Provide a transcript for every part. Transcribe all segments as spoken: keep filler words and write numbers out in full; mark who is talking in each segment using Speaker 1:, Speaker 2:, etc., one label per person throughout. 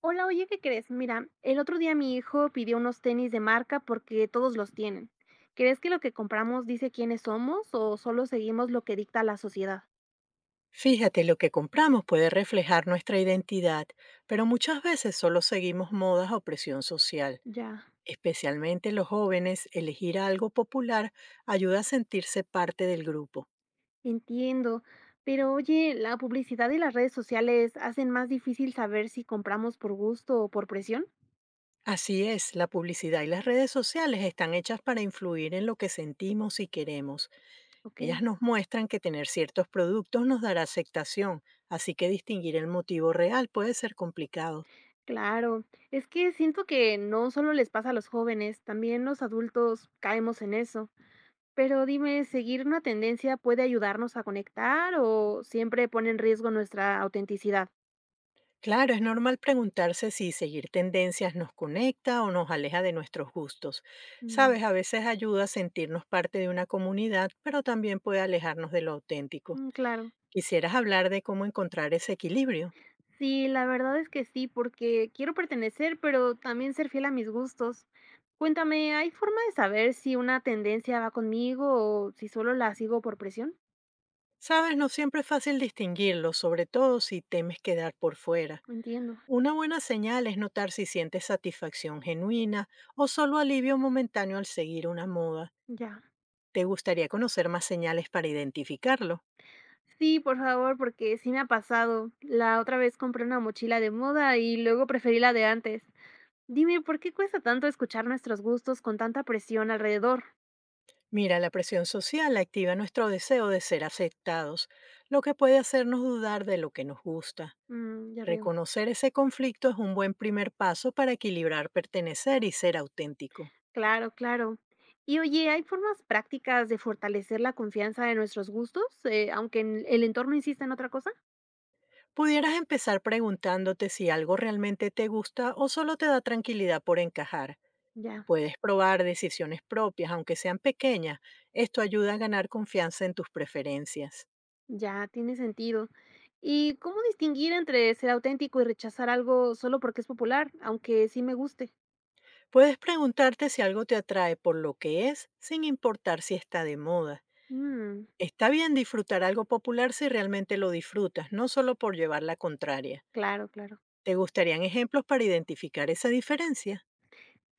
Speaker 1: Hola, oye, ¿qué crees? Mira, el otro día mi hijo pidió unos tenis de marca porque todos los tienen. ¿Crees que lo que compramos dice quiénes somos o solo seguimos lo que dicta la sociedad?
Speaker 2: Fíjate, lo que compramos puede reflejar nuestra identidad, pero muchas veces solo seguimos modas o presión social.
Speaker 1: Ya,
Speaker 2: Especialmente los jóvenes, elegir algo popular ayuda a sentirse parte del grupo.
Speaker 1: entiendo. Pero oye, la publicidad y las redes sociales hacen más difícil saber si compramos por gusto o por presión.
Speaker 2: Así es, la publicidad y las redes sociales están hechas para influir en lo que sentimos y queremos.
Speaker 1: Ok.
Speaker 2: Ellas nos muestran que tener ciertos productos nos dará aceptación, así que distinguir el motivo real puede ser complicado.
Speaker 1: Claro, es que siento que no solo les pasa a los jóvenes, también los adultos caemos en eso. Pero dime, ¿seguir una tendencia puede ayudarnos a conectar o siempre pone en riesgo nuestra autenticidad?
Speaker 2: Claro, es normal preguntarse si seguir tendencias nos conecta o nos aleja de nuestros gustos.
Speaker 1: Mm,
Speaker 2: Sabes, a veces ayuda a sentirnos parte de una comunidad, pero también puede alejarnos de lo auténtico.
Speaker 1: mm, claro.
Speaker 2: Quisieras hablar de cómo encontrar ese equilibrio.
Speaker 1: Sí, la verdad es que sí, porque quiero pertenecer, pero también ser fiel a mis gustos. Cuéntame, ¿hay forma de saber si una tendencia va conmigo o si solo la sigo por presión?
Speaker 2: Sabes, no siempre es fácil distinguirlo, sobre todo si temes quedar por fuera.
Speaker 1: No entiendo.
Speaker 2: Una buena señal es notar si sientes satisfacción genuina o solo alivio momentáneo al seguir una moda.
Speaker 1: Ya.
Speaker 2: ¿Te gustaría conocer más señales para identificarlo?
Speaker 1: Sí, por favor, porque sí me ha pasado. La otra vez compré una mochila de moda y luego preferí la de antes. Dime, ¿por qué cuesta tanto escuchar nuestros gustos con tanta presión alrededor?
Speaker 2: Mira, la presión social activa nuestro deseo de ser aceptados, lo que puede hacernos dudar de lo que nos gusta.
Speaker 1: Mm, ya veo.
Speaker 2: Reconocer ese conflicto es un buen primer paso para equilibrar pertenecer y ser auténtico.
Speaker 1: Claro, claro. Y oye, ¿hay formas prácticas de fortalecer la confianza de nuestros gustos, eh, aunque en- el entorno insista en otra cosa?
Speaker 2: Pudieras empezar preguntándote si algo realmente te gusta o solo te da tranquilidad por encajar.
Speaker 1: Ya,
Speaker 2: Puedes probar decisiones propias, aunque sean pequeñas. Esto ayuda a ganar confianza en tus preferencias.
Speaker 1: ya, tiene sentido. ¿Y cómo distinguir entre ser auténtico y rechazar algo solo porque es popular, aunque sí me guste?
Speaker 2: Puedes preguntarte si algo te atrae por lo que es, sin importar si está de moda.
Speaker 1: Mm,
Speaker 2: Está bien disfrutar algo popular si realmente lo disfrutas, no solo por llevar la contraria.
Speaker 1: claro, claro.
Speaker 2: ¿Te gustarían ejemplos para identificar esa diferencia?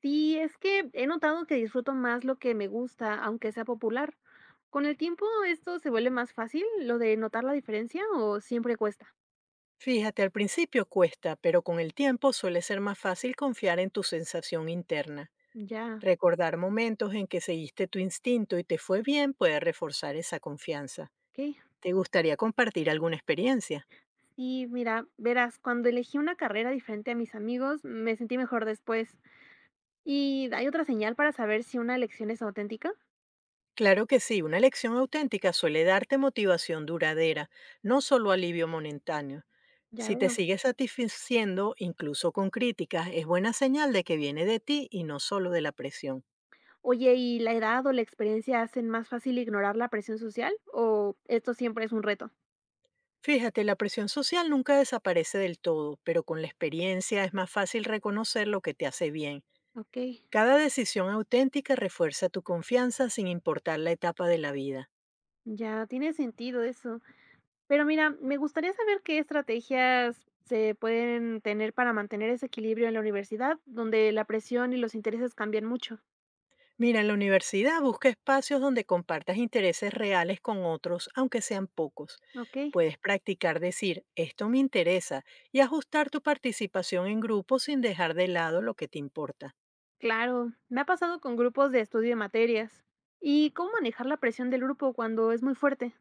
Speaker 1: Sí, es que he notado que disfruto más lo que me gusta, aunque sea popular. ¿Con el tiempo esto se vuelve más fácil, lo de notar la diferencia o siempre cuesta?
Speaker 2: Fíjate, al principio cuesta, pero con el tiempo suele ser más fácil confiar en tu sensación interna.
Speaker 1: Ya,
Speaker 2: Recordar momentos en que seguiste tu instinto y te fue bien puede reforzar esa confianza.
Speaker 1: ok.
Speaker 2: ¿Te gustaría compartir alguna experiencia?
Speaker 1: Sí, mira, verás, cuando elegí una carrera diferente a mis amigos, me sentí mejor después. ¿Y hay otra señal para saber si una elección es auténtica?
Speaker 2: Claro que sí, una elección auténtica suele darte motivación duradera, no solo alivio momentáneo.
Speaker 1: Ya
Speaker 2: Si te
Speaker 1: veo.
Speaker 2: sigues satisfaciendo, incluso con críticas, es buena señal de que viene de ti y no solo de la presión.
Speaker 1: Oye, ¿y la edad o la experiencia hacen más fácil ignorar la presión social o esto siempre es un reto?
Speaker 2: Fíjate, la presión social nunca desaparece del todo, pero con la experiencia es más fácil reconocer lo que te hace bien.
Speaker 1: Ok,
Speaker 2: Cada decisión auténtica refuerza tu confianza sin importar la etapa de la vida.
Speaker 1: ya tiene sentido eso. Pero mira, me gustaría saber qué estrategias se pueden tener para mantener ese equilibrio en la universidad, donde la presión y los intereses cambian mucho.
Speaker 2: Mira, en la universidad busca espacios donde compartas intereses reales con otros, aunque sean pocos.
Speaker 1: Ok,
Speaker 2: Puedes practicar decir, esto me interesa, y ajustar tu participación en grupo sin dejar de lado lo que te importa.
Speaker 1: claro. Me ha pasado con grupos de estudio de materias. ¿Y cómo manejar la presión del grupo cuando es muy fuerte?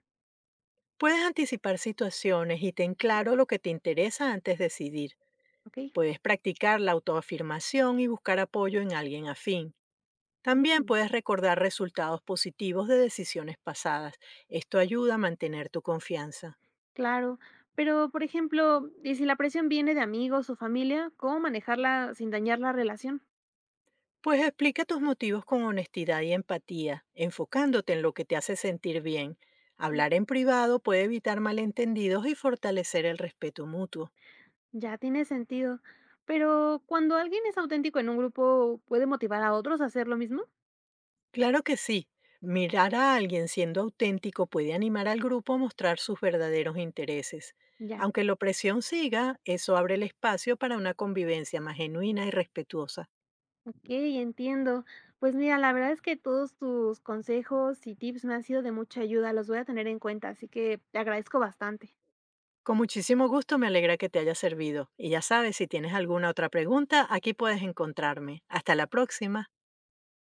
Speaker 2: Puedes anticipar situaciones y ten claro lo que te interesa antes de decidir.
Speaker 1: Ok,
Speaker 2: Puedes practicar la autoafirmación y buscar apoyo en alguien afín. También
Speaker 1: mm,
Speaker 2: puedes recordar resultados positivos de decisiones pasadas. Esto ayuda a mantener tu confianza.
Speaker 1: claro. Pero, por ejemplo, ¿y si la presión viene de amigos o familia? ¿Cómo manejarla sin dañar la relación?
Speaker 2: Pues explica tus motivos con honestidad y empatía, enfocándote en lo que te hace sentir bien.
Speaker 1: Mm,
Speaker 2: Hablar en privado puede evitar malentendidos y fortalecer el respeto mutuo.
Speaker 1: Ya tiene sentido. Pero cuando alguien es auténtico en un grupo, ¿puede motivar a otros a hacer lo mismo?
Speaker 2: Claro que sí, mirar a alguien siendo auténtico puede animar al grupo a mostrar sus verdaderos intereses.
Speaker 1: Ya,
Speaker 2: Aunque la opresión siga, eso abre el espacio para una convivencia más genuina y respetuosa.
Speaker 1: okey, entiendo. Pues mira, la verdad es que todos tus consejos y tips me han sido de mucha ayuda, los voy a tener en cuenta, así que te agradezco bastante.
Speaker 2: Con muchísimo gusto me alegra que te haya servido. Y ya sabes, si tienes alguna otra pregunta, aquí puedes encontrarme. Hasta la próxima.